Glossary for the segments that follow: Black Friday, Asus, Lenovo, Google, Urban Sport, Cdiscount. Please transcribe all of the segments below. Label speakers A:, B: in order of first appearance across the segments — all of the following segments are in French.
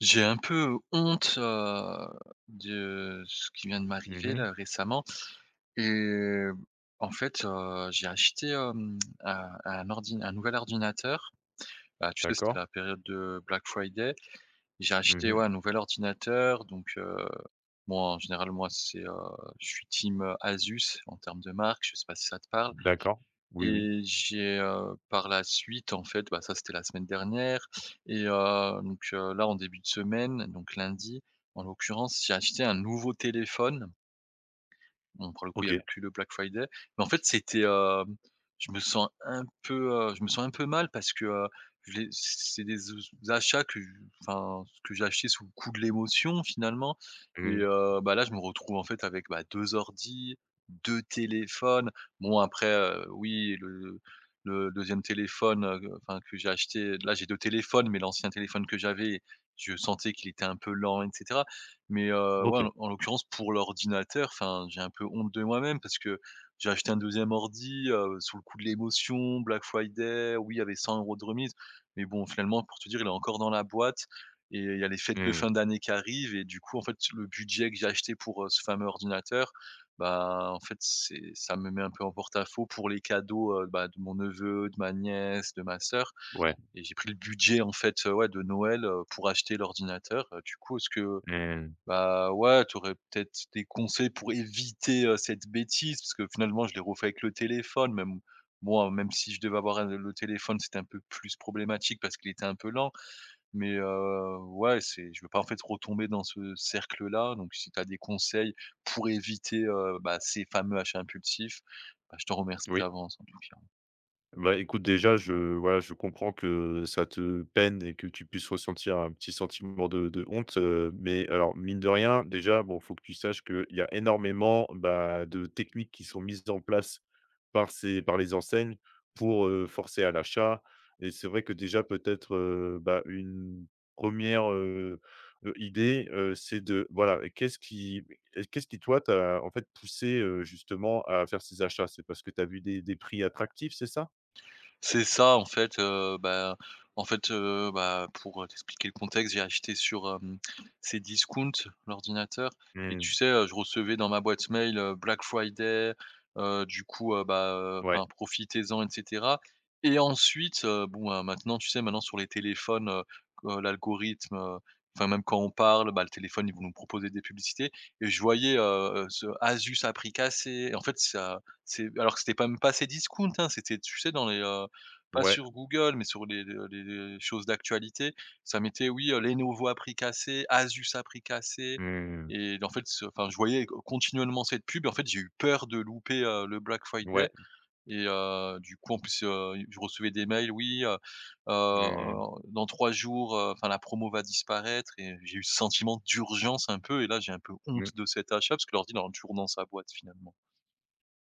A: J'ai un peu honte, de ce qui vient de
B: Mmh
A: m'arriver
B: mh.
A: là récemment et en fait, j'ai acheté, un nouvel ordinateur. Bah, tu sais, c'était
B: D'accord.
A: la période de Black Friday. J'ai
B: Mmh
A: acheté,
B: mh.
A: ouais, un nouvel ordinateur. Bon, en général, moi, je suis team, Asus en termes de marque. Je sais pas si ça te parle?
B: D'accord. Oui, oui.
A: Et j'ai, par la suite, en fait, bah, ça c'était la semaine dernière et là en début de semaine, donc lundi, en l'occurrence, j'ai acheté un nouveau téléphone. Bon, pour le coup, il y avait
B: OK.
A: plus le Black Friday. Mais en fait, je me sens un peu, je me sens un peu mal parce que, je l'ai c'est des achats que je enfin, que j'ai achetés sous le coup de l'émotion finalement. Et
B: Mmh.
A: bah, là, je me retrouve en fait avec, bah, 2 ordis, 2 téléphones. Bon après, oui, le 2e téléphone, enfin que j'ai acheté là, j'ai 2 téléphones, mais l'ancien téléphone que j'avais, je sentais qu'il était un peu lent etc. Mais, ouais, en
B: OK.
A: en l'occurrence pour l'ordinateur, enfin, j'ai un peu honte de moi-même parce que j'ai acheté un deuxième ordi, sous le coup de l'émotion, Black Friday. Oui, il y avait 100 € de remise, mais bon, finalement, pour te dire, il est encore dans la boîte et il y a les fêtes de
B: Mmh.
A: fin d'année qui arrivent et du coup, en fait, le budget que j'ai acheté pour, ce fameux ordinateur, bah, en fait, c'est ça me met un peu en porte-à-faux pour les cadeaux, bah, de mon neveu, de ma nièce, de ma sœur,
B: Ouais.
A: et j'ai pris le budget, en fait, ouais, de Noël, pour acheter l'ordinateur. Du coup, est-ce que
B: Mmh.
A: bah, ouais, tu aurais peut-être des conseils pour éviter, cette bêtise? Parce que finalement, je l'ai refait avec le téléphone. Même moi, même si je devais avoir un le téléphone, c'était un peu plus problématique parce qu'il était un peu lent. Mais, ouais, c'est je veux pas, en fait, retomber dans ce cercle-là. Donc si tu as des conseils pour éviter, bah, ces fameux achats impulsifs, bah, je te remercie
B: Oui.
A: d'avance, en tout cas.
B: Bah, écoute, déjà, je voilà, je comprends que ça te peine et que tu puisses ressentir un petit sentiment de honte, mais alors, mine de rien, déjà, bon, faut que tu saches qu'il y a énormément, bah, de techniques qui sont mises en place par les enseignes pour, forcer à l'achat. Et c'est vrai que déjà peut-être, bah, une première re idée, c'est de voilà, qu'est-ce qui toi, t'a en fait poussé, justement à faire ces achats? C'est parce que tu as vu des prix attractifs, c'est ça?
A: C'est ça, en fait, bah, en fait, bah, pour t'expliquer le contexte, j'ai acheté sur, Cdiscount, l'ordinateur, et
B: Mmh.
A: tu sais, je recevais dans ma boîte mail, Black Friday,
B: Ouais,
A: enfin, profitez-en et cetera. Et ensuite, bon, maintenant, tu sais, maintenant sur les téléphones, l'algorithme, enfin, même quand on parle, bah, le téléphone, ils vont nous proposer des publicités, et je voyais, ce Asus à prix cassé et en fait, ça c'est alors que c'était pas même pas Cdiscount, hein, c'était, tu sais, dans les, pas
B: ouais.
A: sur Google, mais sur les choses d'actualité, ça mettait oui, Lenovo à prix cassé, Asus à prix cassé,
B: Mmh.
A: et en fait, ce enfin, je voyais continuellement cette pub et en fait, j'ai eu peur de louper, le Black Friday.
B: Ouais.
A: Et du coup, en plus, je recevais des mails: «Oui, heu,
B: Mmh.
A: dans 3 jours, enfin, la promo va disparaître», et j'ai eu ce sentiment d'urgence un peu et là, j'ai un peu honte
B: Mmh.
A: de cet achat parce que l'ordi, il est toujours dans sa boîte finalement.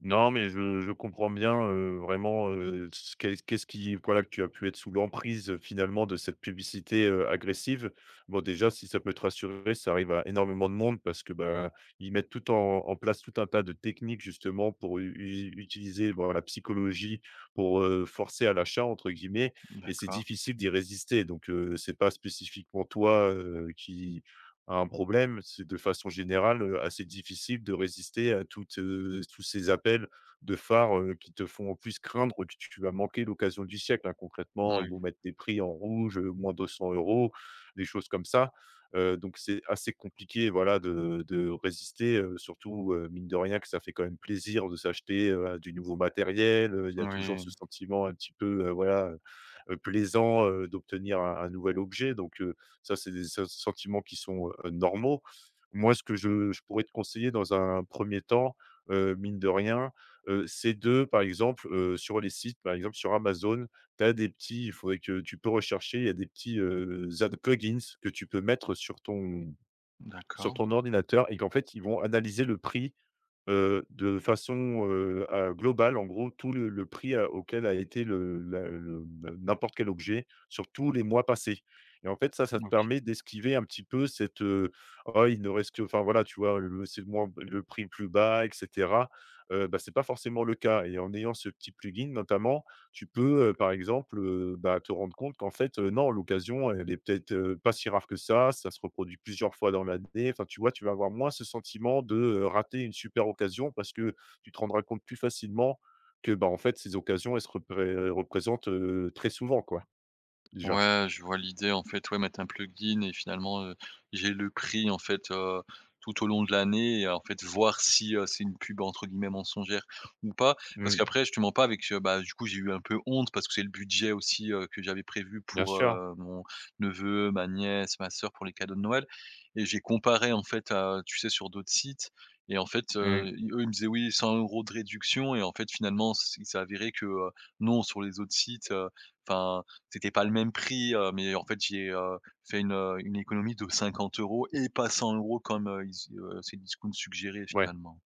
B: Non, mais je comprends bien, vraiment, ce qu'est qu'est-ce qui voilà, que tu as pu être sous l'emprise, finalement de cette publicité, agressive. Bon, déjà, si ça peut te rassurer, ça arrive à énormément de monde parce que, bah, ils mettent tout en place tout un tas de techniques justement pour u u utiliser, bon, la psychologie pour, «forcer à l'achat» entre guillemets. Et c'est
A: D'accord.
B: difficile d'y résister donc c'est pas spécifiquement toi, qui à un problème. C'est de façon générale, assez difficile de résister à tous ces appels de phares, qui te font en plus craindre que tu vas manquer l'occasion du siècle, hein. Concrètement, ils vont
A: Oui,
B: mettre des prix en rouge, moins 200 euros, des choses comme ça. Donc c'est assez compliqué, voilà, de résister, surtout, mine de rien que ça fait quand même plaisir de s'acheter, du nouveau matériel, il y a toujours
A: oui,
B: ce sentiment un petit peu, voilà, plaisant, d'obtenir un nouvel objet. Donc ça, c'est des se sentiments qui sont, normaux. Moi, ce que je pourrais te conseiller dans un premier temps, mine de rien, c'est de par exemple, sur les sites, par exemple sur Amazon, tu as des petits il faudrait que tu peux rechercher, il y a des petits, ad plugins que tu peux mettre sur ton
A: d'accord.
B: ordinateur et qu'en fait, ils vont analyser le prix. De façon, à globale, en gros, tout le prix à auquel a été le la le n'importe quel objet sur tous les mois passés et en fait, ça te
A: OK.
B: permet d'esquiver un petit peu cette, «Oh, il ne reste que» enfin, voilà, tu vois? Le C'est le prix le plus bas et cetera. Bah, c'est pas forcément le cas et en ayant ce petit plugin, notamment, tu peux, par exemple, bah, te rendre compte qu'en fait, non, l'occasion, elle est peut-être, pas si rare que ça. Ça se reproduit plusieurs fois dans l'année. Enfin, tu vois, tu vas avoir moins ce sentiment de, rater une super occasion parce que tu te rendras compte plus facilement que, bah, en fait, ces occasions, elles se repré représentent, très souvent, quoi, déjà.
A: Ouais, je vois l'idée en fait, ouais, mettre un plugin et finalement, j'ai le prix en fait, tout au long de l'année, et en fait voir si, c'est une pub entre guillemets «mensongère» ou pas. Parce
B: Mmh,
A: qu'après je te mens pas avec, bah, du coup j'ai eu un peu honte parce que c'est le budget aussi, que j'avais prévu
B: bien
A: pour,
B: sûr.
A: mon neveu, ma nièce, ma sœur pour les cadeaux de Noël, et j'ai comparé en fait à tu sais sur d'autres sites, et en fait,
B: Mmh,
A: ils eux, ils me disaient: «Oui, 100 € de réduction», et en fait finalement s il s'est avéré que, non, sur les autres sites, enfin, c'était pas le même prix, mais en fait, j'ai, fait une économie de 50 € et pas 100 € comme, ils s Cdiscount suggérait
B: ouais.
A: finalement.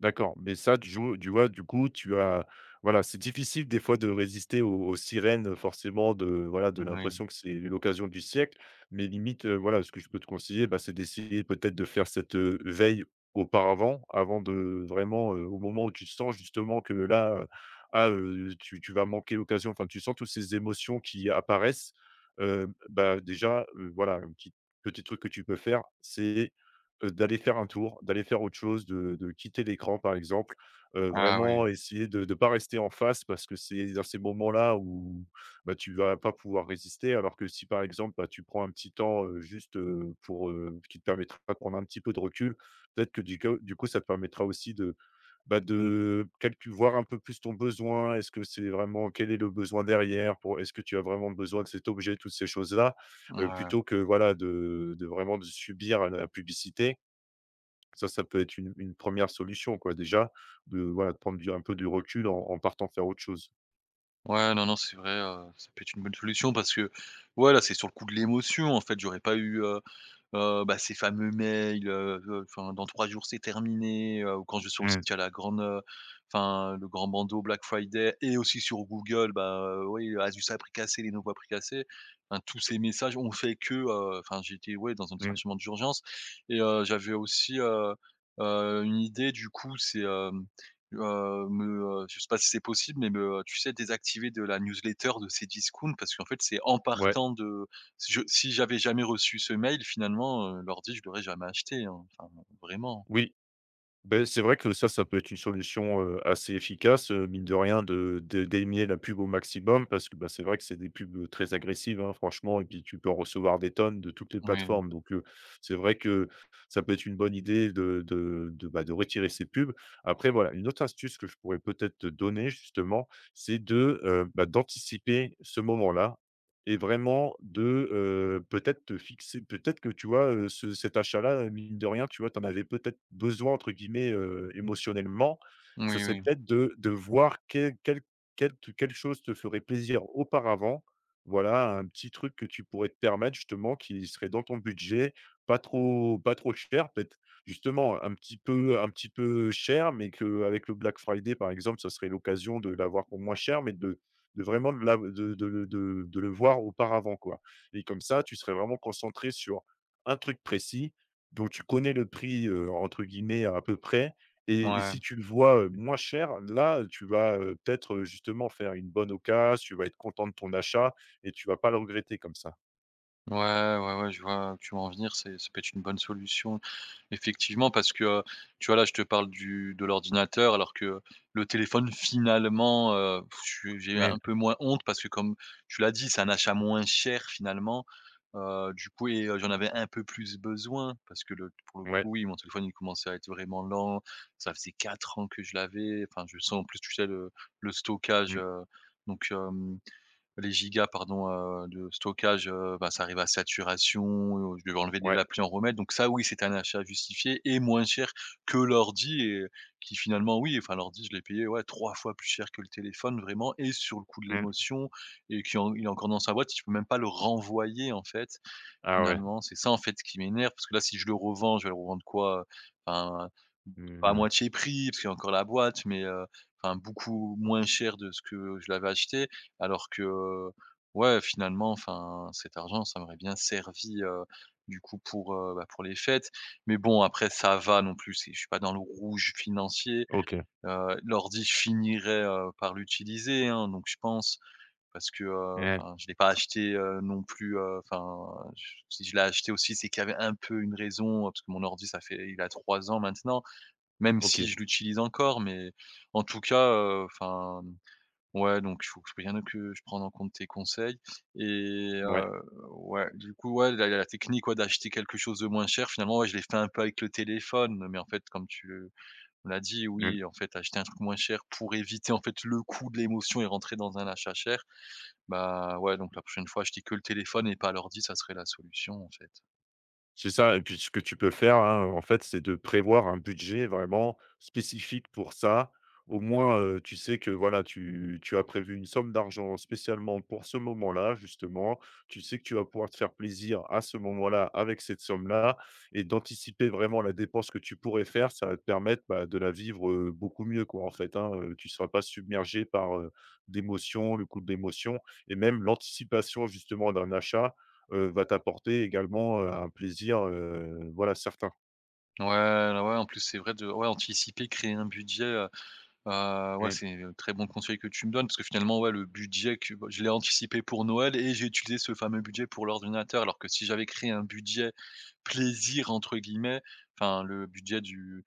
B: D'accord, mais ça, tu vois, du coup, tu as voilà, c'est difficile des fois de résister aux sirènes, forcément de voilà, de
A: Oui.
B: l'impression que c'est l'occasion du siècle, mais limite, voilà, ce que je peux te conseiller, bah, c'est d'essayer peut-être de faire cette, veille auparavant, avant de vraiment, au moment où tu sens justement que là, tu vas manquer l'occasion, enfin, tu sens toutes ces émotions qui apparaissent, bah, déjà, voilà, un petit truc que tu peux faire, c'est d'aller faire un tour, d'aller faire autre chose, de quitter l'écran, par exemple.
A: Ah oui.
B: Vraiment essayer de pas rester en face parce que c'est dans ces moments-là où, bah, tu vas pas pouvoir résister. Alors que si, par exemple, bah, tu prends un petit temps, juste, pour, qui te permettra de prendre un petit peu de recul, peut-être que du coup, ça te permettra aussi de, bah, de calcu voir un peu plus ton besoin. Est-ce que c'est vraiment quel est le besoin derrière? Pour Est-ce que tu as vraiment besoin de cet objet? Toutes ces choses-là,
A: Ouais.
B: plutôt que, voilà, de vraiment de subir la publicité. Ça peut être une 1 solution quoi déjà, de voilà, de prendre du un peu du recul en partant faire autre chose.
A: Ouais, non, non, c'est vrai, ça peut être une bonne solution parce que, ouais, là, c'est sur le coup de l'émotion, en fait. J'aurais pas eu, bah, ces fameux mails, enfin dans 3 jours c'est terminé, ou quand je vais sur le
B: Mmh,
A: site, il y a la grande, enfin le grand bandeau Black Friday, et aussi sur Google, bah, oui, Asus a prix cassé, Lenovo a prix cassé. Enfin tous ces messages ont fait que, enfin j'étais, ouais, dans un
B: mmh.
A: sentiment d'urgence. Et j'avais aussi, une idée du coup, c'est, je sais pas si c'est possible, mais tu sais désactiver de la newsletter de Cdiscount, parce qu'en fait c'est en
B: Ouais,
A: partant de si Je si j'avais jamais reçu ce mail, finalement, l'ordi, je l'aurais jamais acheté, hein, enfin, vraiment.
B: oui, ben c'est vrai que ça peut être une solution, assez efficace, mine de rien de de d'éliminer la pub au maximum parce que, bah, c'est vrai que c'est des pubs, très agressives, hein, franchement et puis tu peux en recevoir des tonnes de toutes les
A: Oui,
B: plateformes donc c'est vrai que ça peut être une bonne idée bah, de retirer ces pubs. Après voilà, une autre astuce que je pourrais peut-être te donner justement, c'est de, bah, d'anticiper ce moment-là. Et vraiment de, peut-être te fixer peut-être que tu vois, ce cet achat-là, mine de rien, tu vois, tu en avais peut-être «besoin» entre guillemets, émotionnellement. Ça
A: oui,
B: serait
A: oui.
B: peut-être de voir quelle chose te ferait plaisir auparavant. Voilà, un petit truc que tu pourrais te permettre justement, qui serait dans ton budget, pas trop cher, peut-être justement un petit peu cher, mais qu'avec le Black Friday, par exemple, ça serait l'occasion de l'avoir pour moins cher, mais de vraiment de la de le voir auparavant, quoi, et comme ça, tu serais vraiment concentré sur un truc précis dont tu connais le prix, entre guillemets «à peu près», et
A: Ouais.
B: si tu le vois, moins cher, là, tu vas, peut-être, justement faire une bonne occasion, tu vas être content de ton achat et tu vas pas le regretter comme ça.
A: Ouais, ouais, ouais, je vois où tu veux en venir, c'est ça peut être une bonne solution. Effectivement, parce que, tu vois, là, je te parle du de l'ordinateur, alors que le téléphone, finalement, je j'ai
B: Mmh,
A: un peu moins honte parce que comme tu l'as dit, c'est un achat moins cher, finalement, du coup. Et j'en avais un peu plus besoin parce que le pour le
B: ouais,
A: coup, oui, mon téléphone, il commençait à être vraiment lent. Ça faisait 4 ans que je l'avais, enfin, je sens en plus, tu sais, le stockage,
B: mmh,
A: donc les gigas pardon, de stockage, bah, ça arrive à saturation, je devais enlever des
B: ouais,
A: applis, en remettre, donc ça oui, c'est un achat justifié et moins cher que l'ordi et qui finalement oui, enfin l'ordi je l'ai payé, ouais, 3 fois plus cher que le téléphone vraiment, et sur le coup de
B: mmh,
A: l'émotion, et qui en il est encore dans sa boîte, tu peux même pas le renvoyer en fait.
B: ah ouais,
A: Finalement, c'est ça en fait qui m'énerve parce que là, si je le revends, je vais le revendre quoi? Enfin, pas à
B: mmh,
A: moitié prix parce qu'il y a encore la boîte, mais enfin beaucoup moins cher de ce que je l'avais acheté. Alors que, ouais, finalement, enfin, cet argent, ça m'aurait bien servi, du coup pour, bah, pour les fêtes. Mais bon, après ça va non plus, c'est je suis pas dans le rouge financier.
B: OK,
A: L'ordi, je finirai, par l'utiliser, hein, donc je pense, parce que,
B: mmh,
A: enfin, je l'ai pas acheté, non plus, enfin, j si je l'ai acheté aussi, c'est qu'il y avait un peu une raison, parce que mon ordi ça fait il a 3 ans maintenant, même si
B: OK,
A: je l'utilise encore, mais en tout cas, enfin, ouais, donc il faut que je, rien que je prenne en compte tes conseils. Et
B: ouais,
A: ouais, du coup, ouais, la technique, ouais, d'acheter quelque chose de moins cher, finalement, ouais, je l'ai fait un peu avec le téléphone, mais en fait, comme tu l'as dit,
B: mmh.
A: oui, en fait, acheter un truc moins cher pour éviter, en fait, le coût de l'émotion et rentrer dans un achat cher. Bah, ouais, donc la prochaine fois, je dis que le téléphone et pas l'ordi, ça serait la solution, en fait.
B: C'est ça et puis ce que tu peux faire, hein, en fait, c'est de prévoir un budget vraiment spécifique pour ça. Au moins, tu sais que voilà, tu as prévu une somme d'argent spécialement pour ce moment-là, justement. Tu sais que tu vas pouvoir te faire plaisir à ce moment-là avec cette somme-là et d'anticiper vraiment la dépense que tu pourrais faire. Ça va te permettre, bah, de la vivre, beaucoup mieux, quoi, en fait, hein, tu ne seras pas submergé par, d'émotions, le coup d'émotions, et même l'anticipation justement d'un achat va t'apporter également, un plaisir, voilà, certain.
A: Ouais, ouais, ouais, en plus, c'est vrai de ouais, anticiper, créer un budget, ouais,
B: Mmh,
A: c'est un très bon conseil que tu me donnes parce que finalement, ouais, le budget que bah, je l'ai anticipé pour Noël et j'ai utilisé ce fameux budget pour l'ordinateur. Alors que si j'avais créé un budget «plaisir» entre guillemets, enfin le budget du,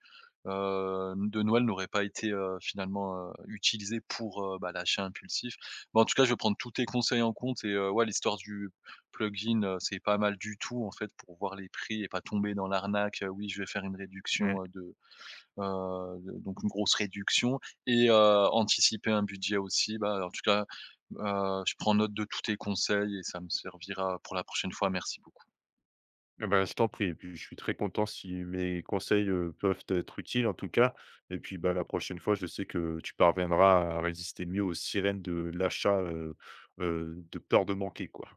A: heu, de Noël n'aurait pas été, finalement, utilisé pour, bah, l'achat impulsif. Bah, en tout cas, je vais prendre tous tes conseils en compte, et ouais, l'histoire du plugin, c'est pas mal du tout en fait pour voir les prix et pas tomber dans l'arnaque, «Oui, je vais faire une
B: mmh.
A: réduction, de donc une grosse réduction». Et anticiper un budget aussi. Bah, en tout cas, je prends note de tous tes conseils et ça me servira pour la prochaine fois. Merci beaucoup.
B: Eh ben, je t'en prie et puis je suis très content si mes conseils, peuvent être utiles en tout cas et puis, bah, la prochaine fois, je sais que tu parviendras à résister mieux aux sirènes de l'achat, de peur de manquer, quoi.